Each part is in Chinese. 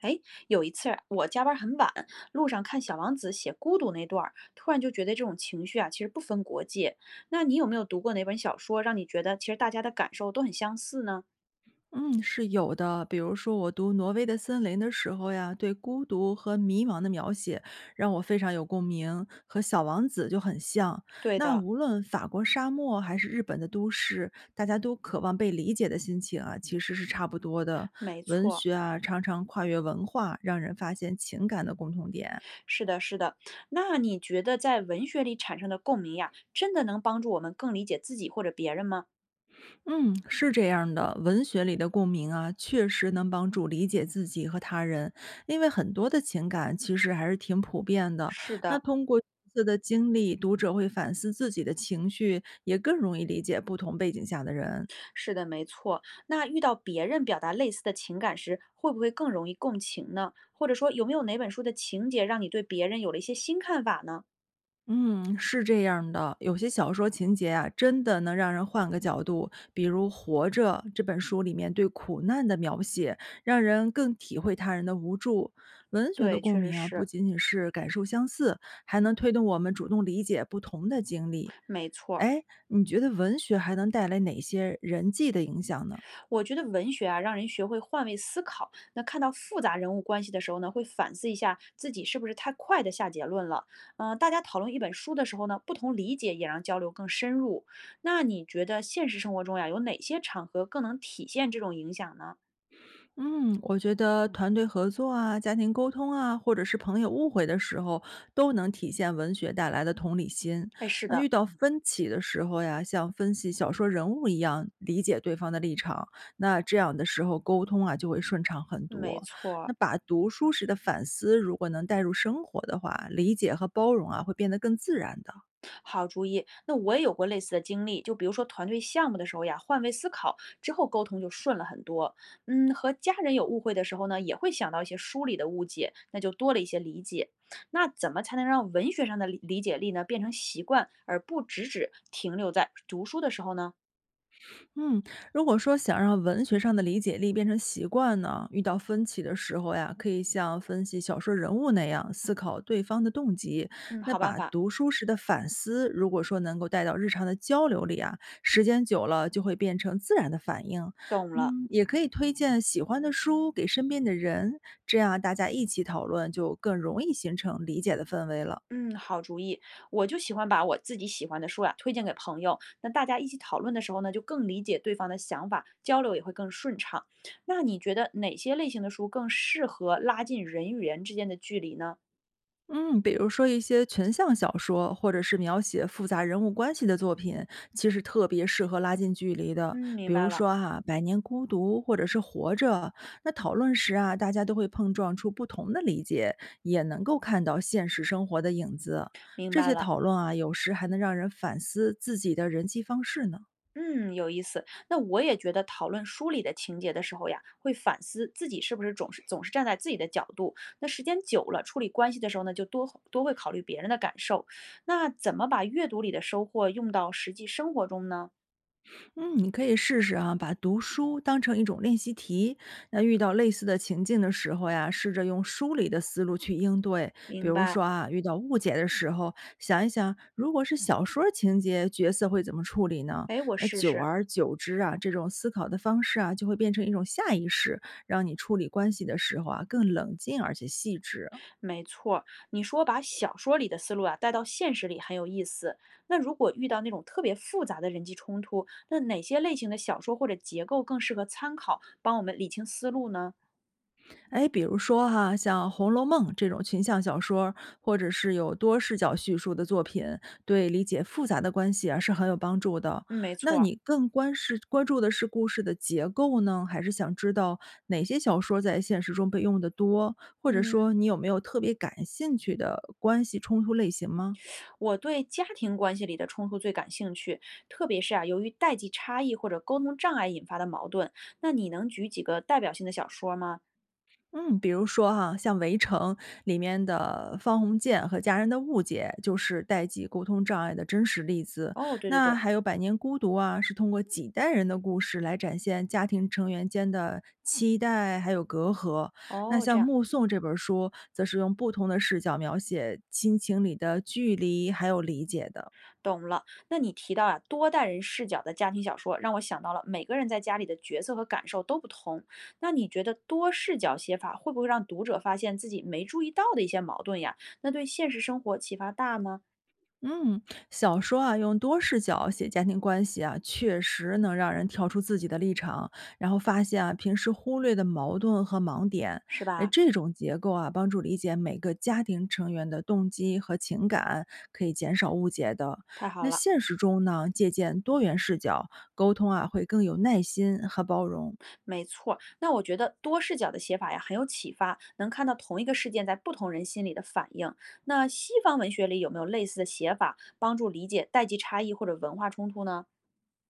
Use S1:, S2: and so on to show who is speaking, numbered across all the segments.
S1: 哎，有一次我加班很晚，路上看《小王子》写孤独那段儿，突然就觉得这种情绪啊，其实不分国界。那你有没有读过哪本小说，让你觉得其实大家的感受都很相似呢？
S2: 嗯，是有的。比如说，我读《挪威的森林》的时候呀，对孤独和迷茫的描写让我非常有共鸣，和《小王子》就很像。
S1: 对
S2: 那
S1: 的，
S2: 无论法国沙漠还是日本的都市，大家都渴望被理解的心情啊，其实是差不多的。
S1: 没
S2: 文
S1: 错，
S2: 学啊，常常跨越文化，让人发现情感的共同点。
S1: 是的，是的。那你觉得在文学里产生的共鸣呀，真的能帮助我们更理解自己或者别人吗？
S2: 嗯，是这样的，文学里的共鸣啊，确实能帮助理解自己和他人，因为很多的情感其实还是挺普遍的。
S1: 是
S2: 那
S1: 的，
S2: 通过自的经历，读者会反思自己的情绪，也更容易理解不同背景下的人。
S1: 是的，没错。那遇到别人表达类似的情感时，会不会更容易共情呢？或者说，有没有哪本书的情节让你对别人有了一些新看法呢？
S2: 嗯，是这样的，有些小说情节啊，真的能让人换个角度。比如《活着》这本书里面对苦难的描写，让人更体会他人的无助。文学的
S1: 对，
S2: 共
S1: 确实
S2: 鸣啊，不
S1: 是，
S2: 仅仅是感受相似，还能推动我们主动理解不同的经历。
S1: 没错儿。
S2: 哎，你觉得文学还能带来哪些人际的影响呢？
S1: 我觉得文学啊，让人学会换位思考。那看到复杂人物关系的时候呢，会反思一下自己是不是太快的下结论了。嗯、大家讨论一本书的时候呢，不同理解也让交流更深入。那你觉得现实生活中呀，有哪些场合更能体现这种影响呢？
S2: 嗯，我觉得团队合作啊、家庭沟通啊，或者是朋友误会的时候，都能体现文学带来的同理心。
S1: 哎，是
S2: 那遇
S1: 的，
S2: 到分歧的时候呀，像分析小说人物一样理解对方的立场，那这样的时候沟通啊就会顺畅很
S1: 没
S2: 多。
S1: 错儿。
S2: 那把读书时的反思如果能带入生活的话，理解和包容啊会变得更自然的。
S1: 好主意，那我也有过类似的经历，就比如说团队项目的时候呀，换位思考之后沟通就顺了很多。嗯，和家人有误会的时候呢，也会想到一些书里的误解，那就多了一些理解。那怎么才能让文学上的理解力呢变成习惯，而不只停留在读书的时候呢？
S2: 嗯，如果说想让文学上的理解力变成习惯呢，遇到分歧的时候呀，可以像分析小说人物那样思考对方的动机。
S1: 嗯，
S2: 那
S1: 好办
S2: 把
S1: 法，
S2: 读书时的反思，如果说能够带到日常的交流里啊，时间久了就会变成自然的反应。
S1: 懂了。
S2: 嗯，也可以推荐喜欢的书给身边的人，这样大家一起讨论，就更容易形成理解的氛围了。
S1: 嗯，好主意。我就喜欢把我自己喜欢的书呀、推荐给朋友，那大家一起讨论的时候呢，就更理解对方的想法，交流也会更顺畅。那你觉得哪些类型的书更适合拉近人与人之间的距离呢？
S2: 嗯，比如说一些群像小说，或者是描写复杂人物关系的作品，其实特别适合拉近距离的。
S1: 嗯，
S2: 比
S1: 明白
S2: 如
S1: 了，
S2: 说哈、百年孤独》或者是《活着》，那讨论时啊，大家都会碰撞出不同的理解，也能够看到现实生活的影子。
S1: 明
S2: 这
S1: 白
S2: 些
S1: 了。
S2: 讨论啊，有时还能让人反思自己的人际方式呢。
S1: 嗯，有意思。那我也觉得讨论书里的情节的时候呀，会反思自己是不是总是站在自己的角度。那时间久了，处理关系的时候呢，就多多会考虑别人的感受。那怎么把阅读里的收获用到实际生活中呢？
S2: 嗯，你可以试试啊，把读书当成一种练习题。那遇到类似的情境的时候呀，试着用书里的思路去应对。比
S1: 明
S2: 如
S1: 白，
S2: 说啊，遇到误解的时候，想一想，如果是小说儿情节，角色会怎么处理呢？
S1: 哎，我
S2: 那
S1: 试
S2: 久
S1: 试。
S2: 而久之啊，这种思考的方式啊，就会变成一种下意识，让你处理关系的时候啊，更冷静而且细致。
S1: 没错儿，你说把小说里的思路啊带到现实里很有意思。那如果遇到那种特别复杂的人际冲突，那哪些类型的小说或者结构更适合参考，帮我们理清思路呢？
S2: 哎，比如说哈，像《红楼梦》这种群像小说儿或者是有多视角叙述的作品，对理解复杂的关系啊是很有帮助的。
S1: 嗯，没
S2: 那
S1: 错儿。
S2: 你更关注的是故事的结构呢，还是想知道哪些小说在现实中被用的多？或者说
S1: 嗯，
S2: 你有没有特别感兴趣的关系冲突类型吗？
S1: 我对家庭关系里的冲突最感兴趣，特别是啊，由于代际差异或者沟通障碍引发的矛盾。那你能举几个代表性的小说吗？
S2: 嗯，比如说哈，像《围城》里面的方鸿渐和家人的误解，就是代际沟通障碍的真实例子。
S1: 哦，对对
S2: 那
S1: 对，
S2: 还有《百年孤独》啊，是通过几代人的故事来展现家庭成员间的期待还有隔阂。那
S1: 哦，这
S2: 像
S1: 样。
S2: 《目送》这本书，则是用不同的视角描写亲情里的距离还有理解的。
S1: 懂了，那你提到啊，多代人视角的家庭小说，让我想到了每个人在家里的角色和感受都不同。那你觉得多视角写法会不会让读者发现自己没注意到的一些矛盾呀？那对现实生活启发大吗？
S2: 嗯，小说啊，用多视角写家庭关系啊，确实能让人跳出自己的立场，然后发现啊平时忽略的矛盾和盲点。
S1: 是
S2: 哎，
S1: 吧？
S2: 这种结构啊，帮助理解每个家庭成员的动机和情感，可以减少误解的。
S1: 太好
S2: 那
S1: 了，
S2: 现实中呢，借鉴多元视角沟通啊，会更有耐心和包容。
S1: 没错。那我觉得多视角的写法呀很有启发，能看到同一个事件在不同人心里的反应。那西方文学里有没有类似的写法，帮助理解代际差异或者文化冲突呢？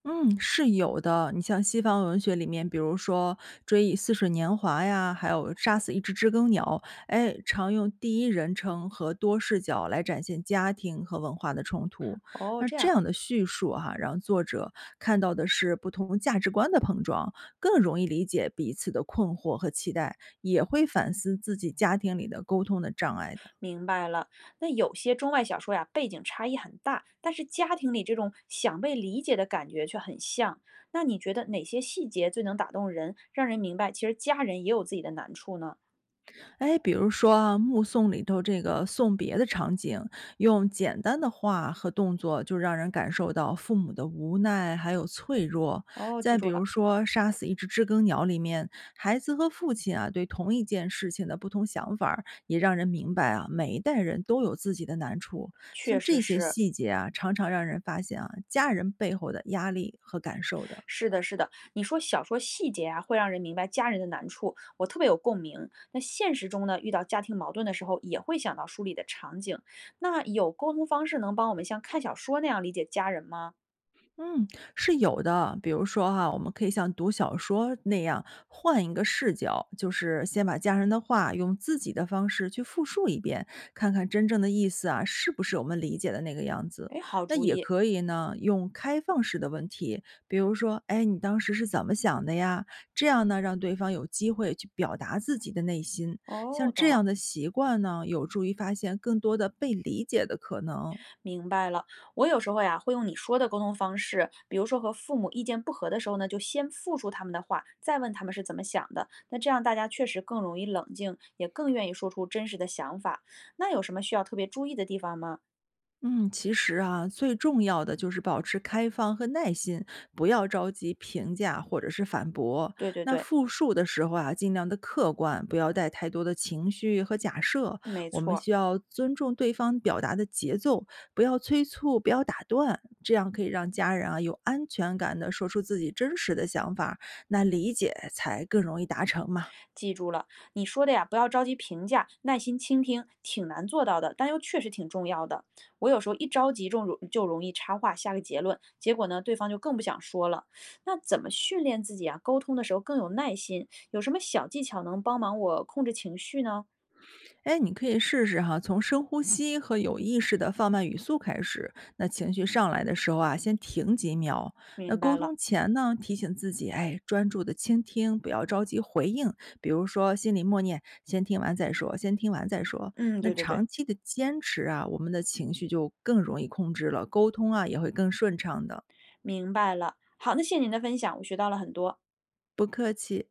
S2: 嗯，是有的。你像西方文学里面，比如说《追忆似水年华》呀，还有《杀死一只知更鸟》，哎，常用第一人称和多视角来展现家庭和文化的冲突。
S1: 哦，
S2: 那
S1: 这
S2: 这
S1: 样。
S2: 样的叙述哈、让作者看到的是不同价值观的碰撞，更容易理解彼此的困惑和期待，也会反思自己家庭里的沟通的障碍的。
S1: 明白了，那有些中外小说呀，背景差异很大，但是家庭里这种想被理解的感觉却很像。那你觉得哪些细节最能打动人，让人明白其实家人也有自己的难处呢？
S2: 哎，比如说啊，《目送》里头这个送别的场景，用简单的话和动作就让人感受到父母的无奈还有脆弱。
S1: 哦，记
S2: 再比
S1: 住
S2: 如
S1: 了，
S2: 说，《杀死一只知更鸟》里面，孩子和父亲啊对同一件事情的不同想法儿也让人明白啊，每一代人都有自己的难处。
S1: 确
S2: 像这
S1: 实
S2: 些
S1: 是，
S2: 细节啊，常常让人发现啊，家人背后的压力和感受的。
S1: 是的，是的。你说小说细节啊，会让人明白家人的难处，我特别有共鸣。那现实中呢，遇到家庭矛盾的时候，也会想到书里的场景。那有沟通方式能帮我们像看小说那样理解家人吗？
S2: 嗯，是有的。比如说哈，我们可以像读小说那样换一个视角，就是先把家人的话用自己的方式去复述一遍，看看真正的意思啊，是不是我们理解的那个样子。
S1: 哎，好
S2: 那
S1: 主
S2: 也
S1: 意。
S2: 可以呢，用开放式的问题，比如说，哎，你当时是怎么想的呀？这样呢，让对方有机会去表达自己的内心。像
S1: 哦，
S2: 这
S1: 懂
S2: 样
S1: 了。
S2: 的习惯呢，有助于发现更多的被理解的可能。
S1: 明白了，我有时候呀会用你说的沟通方式，比如说和父母意见不合的时候呢，就先复述他们的话，再问他们是怎么想的。那这样大家确实更容易冷静，也更愿意说出真实的想法。那有什么需要特别注意的地方吗？
S2: 嗯，其实啊，最重要的就是保持开放和耐心，不要着急评价或者是反驳。
S1: 对对
S2: 那
S1: 对，
S2: 复述的时候啊，尽量的客观，不要带太多的情绪和假设。
S1: 没
S2: 我们
S1: 错。
S2: 需要尊重对方表达的节奏，不要催促，不要打断，这样可以让家人啊有安全感的说出自己真实的想法，那理解才更容易达成嘛。
S1: 记住了，你说的呀，不要着急评价，耐心倾听，挺难做到的，但又确实挺重要的。我有时候一着急就容易插话下个结论，结果呢，对方就更不想说了。那怎么训练自己啊？沟通的时候更有耐心，有什么小技巧能帮忙我控制情绪呢？
S2: 哎，你可以试试哈，从深呼吸和有意识的放慢语速开始。那情绪上来的时候啊，先停几秒。那
S1: 明
S2: 沟
S1: 白了，
S2: 通前呢，提醒自己，哎，专注的倾听，不要着急回应。比如说，心里默念，先听完再说，先听完再说。
S1: 嗯，
S2: 那
S1: 对对对，
S2: 长期的坚持啊，我们的情绪就更容易控制了，沟通啊也会更顺畅的。
S1: 明白了。好，那谢谢您的分享，我学到了很多。
S2: 不客气。